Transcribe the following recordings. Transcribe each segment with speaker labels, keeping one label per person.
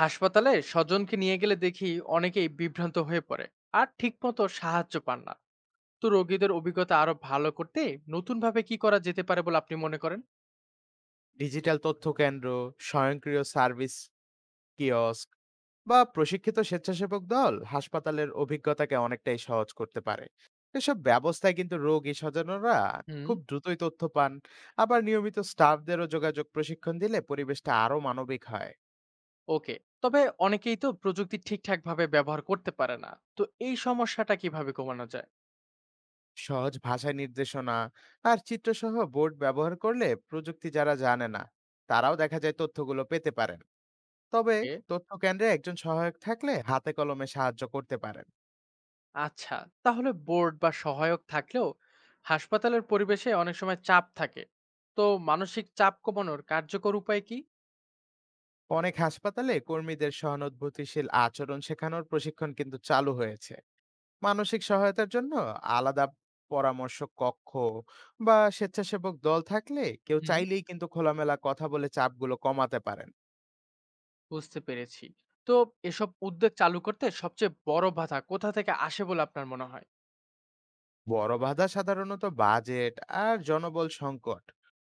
Speaker 1: হাসপাতালে স্বজনকে নিয়ে গেলে দেখি অনেকেই বিভ্রান্ত হয়ে পড়ে আর ঠিকমতো সাহায্য পান না। তো রোগীদের অভিজ্ঞতা আরো ভালো করতে নতুনভাবে কি করা যেতে পারে বলে আপনি মনে করেন?
Speaker 2: ডিজিটাল তথ্য কেন্দ্র, স্বয়ংক্রিয় সার্ভিস, কিয়স্ক বা প্রশিক্ষিত স্বেচ্ছাসেবক দল হাসপাতালের অভিজ্ঞতাকে অনেকটাই সহজ করতে পারে। এসব ব্যবস্থায় কিন্তু রোগী স্বজনরা
Speaker 1: হুম।
Speaker 2: খুব দ্রুতই তথ্য পান। আবার নিয়মিত স্টাফদেরও যোগাযোগ প্রশিক্ষণ দিলে পরিবেশটা আরো মানবিক হয়।
Speaker 1: ওকে। তবে অনেকেই তো প্রযুক্তি ঠিকঠাক ভাবে ব্যবহার করতে পারে না, তো এই সমস্যাটা কিভাবে কমানো যায়?
Speaker 2: সহজ ভাষায় নির্দেশনা আর চিত্রসহ বোর্ড ব্যবহার করলে প্রযুক্তি যারা জানে না তারাও দেখা যায় তথ্যগুলো পেতে পারেন। তবে
Speaker 1: এ,
Speaker 2: তথ্য কেন্দ্রে একজন সহায়ক থাকলে হাতে কলমে সাহায্য করতে পারেন।
Speaker 1: আচ্ছা। তাহলে বোর্ড বা সহায়ক থাকলেও হাসপাতালের পরিবেশে অনেক সময় চাপ থাকে, তো মানসিক চাপ কমানোর কার্যকর উপায় কি?
Speaker 2: অনেক হাসপাতালে কর্মীদের সহানুভূতিশীল আচরণ শেখানোর প্রশিক্ষণ কিন্তু চালু হয়েছে। মানসিক সহায়তার জন্য আলাদা পরামর্শ কক্ষ বা স্বেচ্ছাসেবক দল থাকলে কেউ
Speaker 1: হুম,
Speaker 2: চাইলেই কিন্তু খোলামেলা কথা বলে চাপগুলো কমাতে পারেন।
Speaker 1: বুঝতে পেরেছি। তো এসব উদ্যোগ চালু করতে সবচেয়ে বড় বাধা কোথা থেকে আসে বলে আপনার মনে হয়?
Speaker 2: বড় বাধা সাধারণত বাজেট আর জনবল সংকট।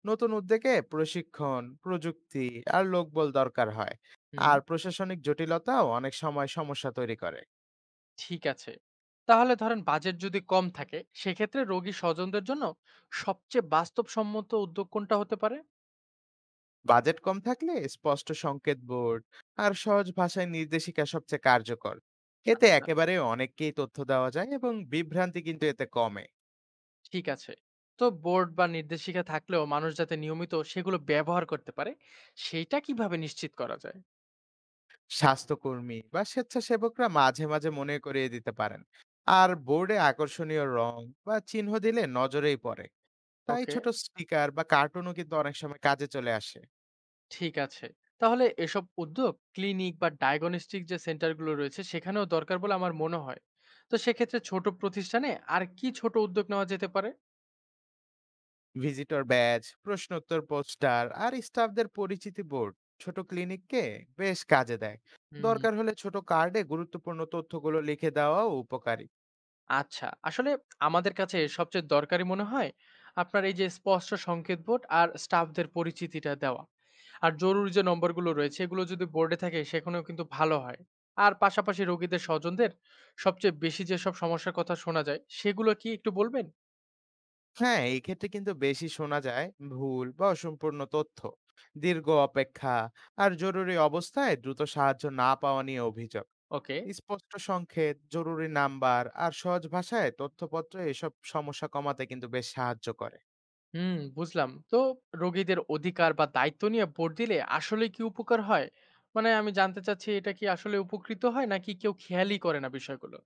Speaker 2: নতুন উদ্যোগে প্রশিক্ষণ, প্রযুক্তি আর লোকবল দরকার হয়।
Speaker 1: হুম।
Speaker 2: আর প্রশাসনিক জটিলতাও অনেক সময় সমস্যা তৈরি করে।
Speaker 1: ঠিক আছে। তাহলে ধরেন বাজেট যদি কম থাকে, সেক্ষেত্রে রোগী স্বজনদের জন্য সবচেয়ে বাস্তবসম্মত উদ্যোগ কোনটা হতে পারে?
Speaker 2: বাজেট কম থাকলে স্পষ্ট সংকেত বোর্ড আর সহজ ভাষায় নির্দেশিকা সবচেয়ে কার্যকর। এতে
Speaker 1: আচ্ছা।
Speaker 2: একেবারে অনেককেই তথ্য দেওয়া যায় এবং বিভ্রান্তি কিন্তু এতে কমে।
Speaker 1: ঠিক আছে। তো বোর্ড বা নির্দেশিকা থাকলেও মানুষ যাতে নিয়মিত সেগুলো ব্যবহার করতে পারে, সেইটা কিভাবে নিশ্চিত করা যায়?
Speaker 2: স্বাস্থ্যকর্মী বা স্বেচ্ছাসেবকরা মাঝে মাঝে মনে করিয়ে দিতে পারেন, আর বোর্ডে আকর্ষণীয় রং বা চিহ্ন দিলে নজরেই পড়ে। তাই
Speaker 1: ওকে।
Speaker 2: ছোট স্টিকার বা কার্টুনও কিন্তু অনেক সময় কাজে চলে আসে।
Speaker 1: ঠিক আছে। তাহলে এসব উদ্যোগ ক্লিনিক বা ডায়াগনস্টিক যে সেন্টারগুলো রয়েছে সেখানেও দরকার বলে আমার মনে হয়। তো সেক্ষেত্রে ছোট প্রতিষ্ঠানে আর কি ছোট উদ্যোগ নেওয়া যেতে পারে?
Speaker 2: ভিজিটর ব্যাজ, প্রশ্নোত্তর পোস্টার আর স্টাফদের পরিচিতি বোর্ড ছোট ক্লিনিককে বেশ কাজে দেয়।
Speaker 1: হুম।
Speaker 2: দরকার হলে ছোট কার্ডে গুরুত্বপূর্ণ তথ্যগুলো লিখে দেওয়াও উপকারী।
Speaker 1: আচ্ছা, আসলে আমাদের কাছে সবচেয়ে দরকারি মনে হয় আপনার এই যে স্পষ্ট সংকেত বোর্ড আর স্টাফদের পরিচিতিটা দেওয়া। আর জরুরি যে নম্বরগুলো রয়েছে এগুলো যদি বোর্ডে থাকে সেখানেও কিন্তু ভালো হয়। আর পাশাপাশি রোগীদের স্বজনদের সবচেয়ে বেশি যেসব সমস্যার কথা শোনা যায় সেগুলো কি একটু বলবেন?
Speaker 2: হ্যাঁ, এই ক্ষেত্রে কিন্তু বেশি শোনা যায় ভুল বা অসম্পূর্ণ তথ্য, দীর্ঘ অপেক্ষা আর জরুরি অবস্থায় দ্রুত সাহায্য না পাওয়া নিয়ে অভিযোগ।
Speaker 1: ওকে।
Speaker 2: স্পষ্ট সংক্ষেপ জরুরি নাম্বার আর সহজ ভাষায় তথ্যপত্র এসব সমস্যা কমাতে কিন্তু বেশ সাহায্য করে।
Speaker 1: হুম, বুঝলাম। তো রোগীদের অধিকার বা দায়িত্ব নিয়ে ভোট দিলে আসলে কি উপকার হয়? মানে আমি জানতে চাচ্ছি, এটা কি আসলে উপকৃত হয় নাকি কেউ খেয়ালই করে না বিষয়গুলো?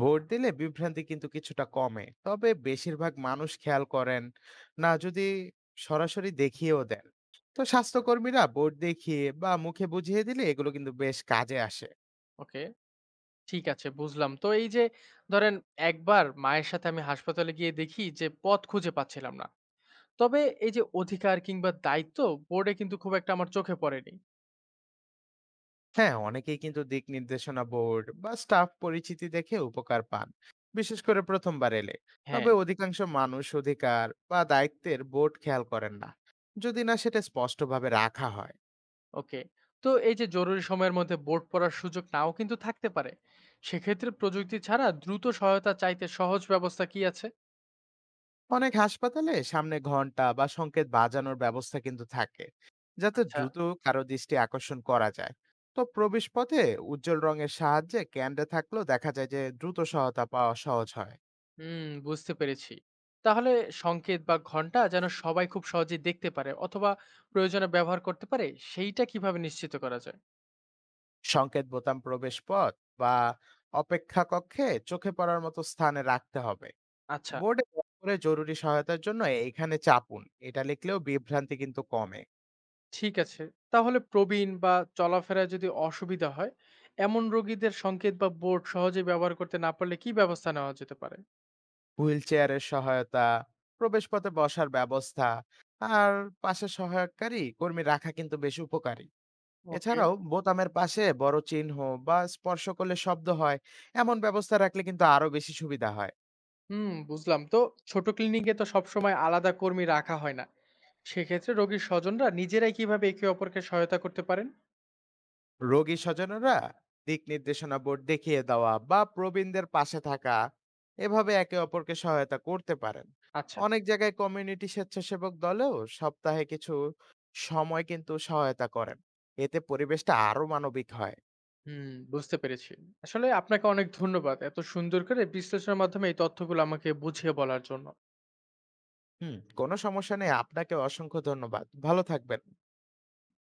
Speaker 2: ভোট দিলে বিভ্রান্তি কিন্তু কিছুটা কমে, তবে বেশিরভাগ মানুষ খেয়াল করেন না যদি সরাসরি দেখিয়েও দেন। তো স্বাস্থ্যকর্মীরা ভোট দেখিয়ে বা মুখে বুঝিয়ে দিলে এগুলো কিন্তু বেশ কাজে আসে।
Speaker 1: ওকে। ঠিক আছে, বুঝলাম। তো এই যে ধরেন একবার মায়ের সাথে আমি হাসপাতালে গিয়ে দেখি যে পথ খুঁজে পাচ্ছিলাম না। তবে এই যে অধিকার কিংবা দায়িত্ব বোর্ডে কিন্তু খুব একটা আমার চোখে পড়েনি।
Speaker 2: হ্যাঁ, অনেকেই কিন্তু দিক নির্দেশনা বোর্ড বা স্টাফ পরিচিতি দেখে উপকার পান, বিশেষ করে প্রথমবার এলে।
Speaker 1: হ্যাঁ।
Speaker 2: তবে অধিকাংশ মানুষ অধিকার বা দায়িত্বের বোর্ড খেয়াল করেন না, যদি না সেটা স্পষ্টভাবে রাখা হয়।
Speaker 1: ওকে। তো এই যে জরুরি সময়ের মধ্যে বোর্ড পড়ার সুযোগ নাও কিন্তু থাকতে পারে, সেক্ষেত্রে প্রযুক্তি ছাড়া দ্রুত সহায়তা চাইতে সহজ ব্যবস্থা কি আছে?
Speaker 2: অনেক হাসপাতালে সামনে ঘন্টা বা সংকেত বাজানোর ব্যবস্থা কিন্তু থাকে, যাতে
Speaker 1: আচ্ছা।
Speaker 2: দ্রুত কারো দৃষ্টি আকর্ষণ করা যায়। তো প্রবেশপথে উজ্জ্বল রঙের সাহায্যে ক্যান্ডে থাকলেও দেখা যায় যে দ্রুত সহায়তা পাওয়া সহজ হয়।
Speaker 1: হুম, বুঝতে পেরেছি। তাহলে সংকেত বা ঘন্টা যেন সবাই খুব সহজেই দেখতে পারে অথবা প্রয়োজনে ব্যবহার করতে পারে, সেইটা কিভাবে নিশ্চিত করা যায়?
Speaker 2: সংকেত বোতাম প্রবেশপথ বা অপেক্ষা কক্ষে চোখে পড়ার মতো স্থানে রাখতে হবে।
Speaker 1: আচ্ছা।
Speaker 2: বোর্ডে করে জরুরি সহায়তার জন্য "এখানে চাপুন" এটা লিখলেও বিভ্রান্তি কিন্তু কমে।
Speaker 1: ঠিক আছে। তাহলে প্রবীণ বা চলাফেরায় যদি অসুবিধা হয় এমন রোগীদের সংকেত বা বোর্ড সহজে ব্যবহার করতে না পারলে কি ব্যবস্থা নেওয়া যেতে পারে?
Speaker 2: হুইল চেয়ারের সহায়তা, প্রবেশপথে বসার ব্যবস্থা আর পাশে সহায়কারী কর্মী রাখা কিন্তু বেশ উপকারী।
Speaker 1: ওকে।
Speaker 2: এছাড়াও বোতামের পাশে বড় চিহ্ন বা স্পর্শ করলে শব্দ হয় এমন ব্যবস্থা রাখলে কিন্তু আরো বেশি সুবিধা হয়।
Speaker 1: হুম, বুঝলাম। তো ছোট ক্লিনিকে তো সবসময় আলাদা কর্মী রাখা হয় না। সেক্ষেত্রে রোগীর স্বজনরা নিজেরাই কিভাবে একে অপরকে সহায়তা করতে পারেন?
Speaker 2: রোগী স্বজনরা দিক নির্দেশনা বোর্ড দেখিয়ে দেওয়া বা প্রবীণদের পাশে থাকা, এভাবে একে অপরকে সহায়তা করতে পারেন।
Speaker 1: আচ্ছা।
Speaker 2: অনেক জায়গায় কমিউনিটি স্বেচ্ছাসেবক দলেও সপ্তাহে কিছু সময় কিন্তু সহায়তা করেন। এতে পরিবেশটা আরো মানবিক হয়।
Speaker 1: হুম, বুঝতে পেরেছি। আসলে আপনাকে অনেক ধন্যবাদ। এত সুন্দর করে বিশ্লেষণের মাধ্যমে এই তথ্যগুলো আমাকে বুঝিয়ে বলার জন্য।
Speaker 2: হুম, কোনো সমস্যা নেই। আপনাকে অসংখ্য ধন্যবাদ। ভালো থাকবেন।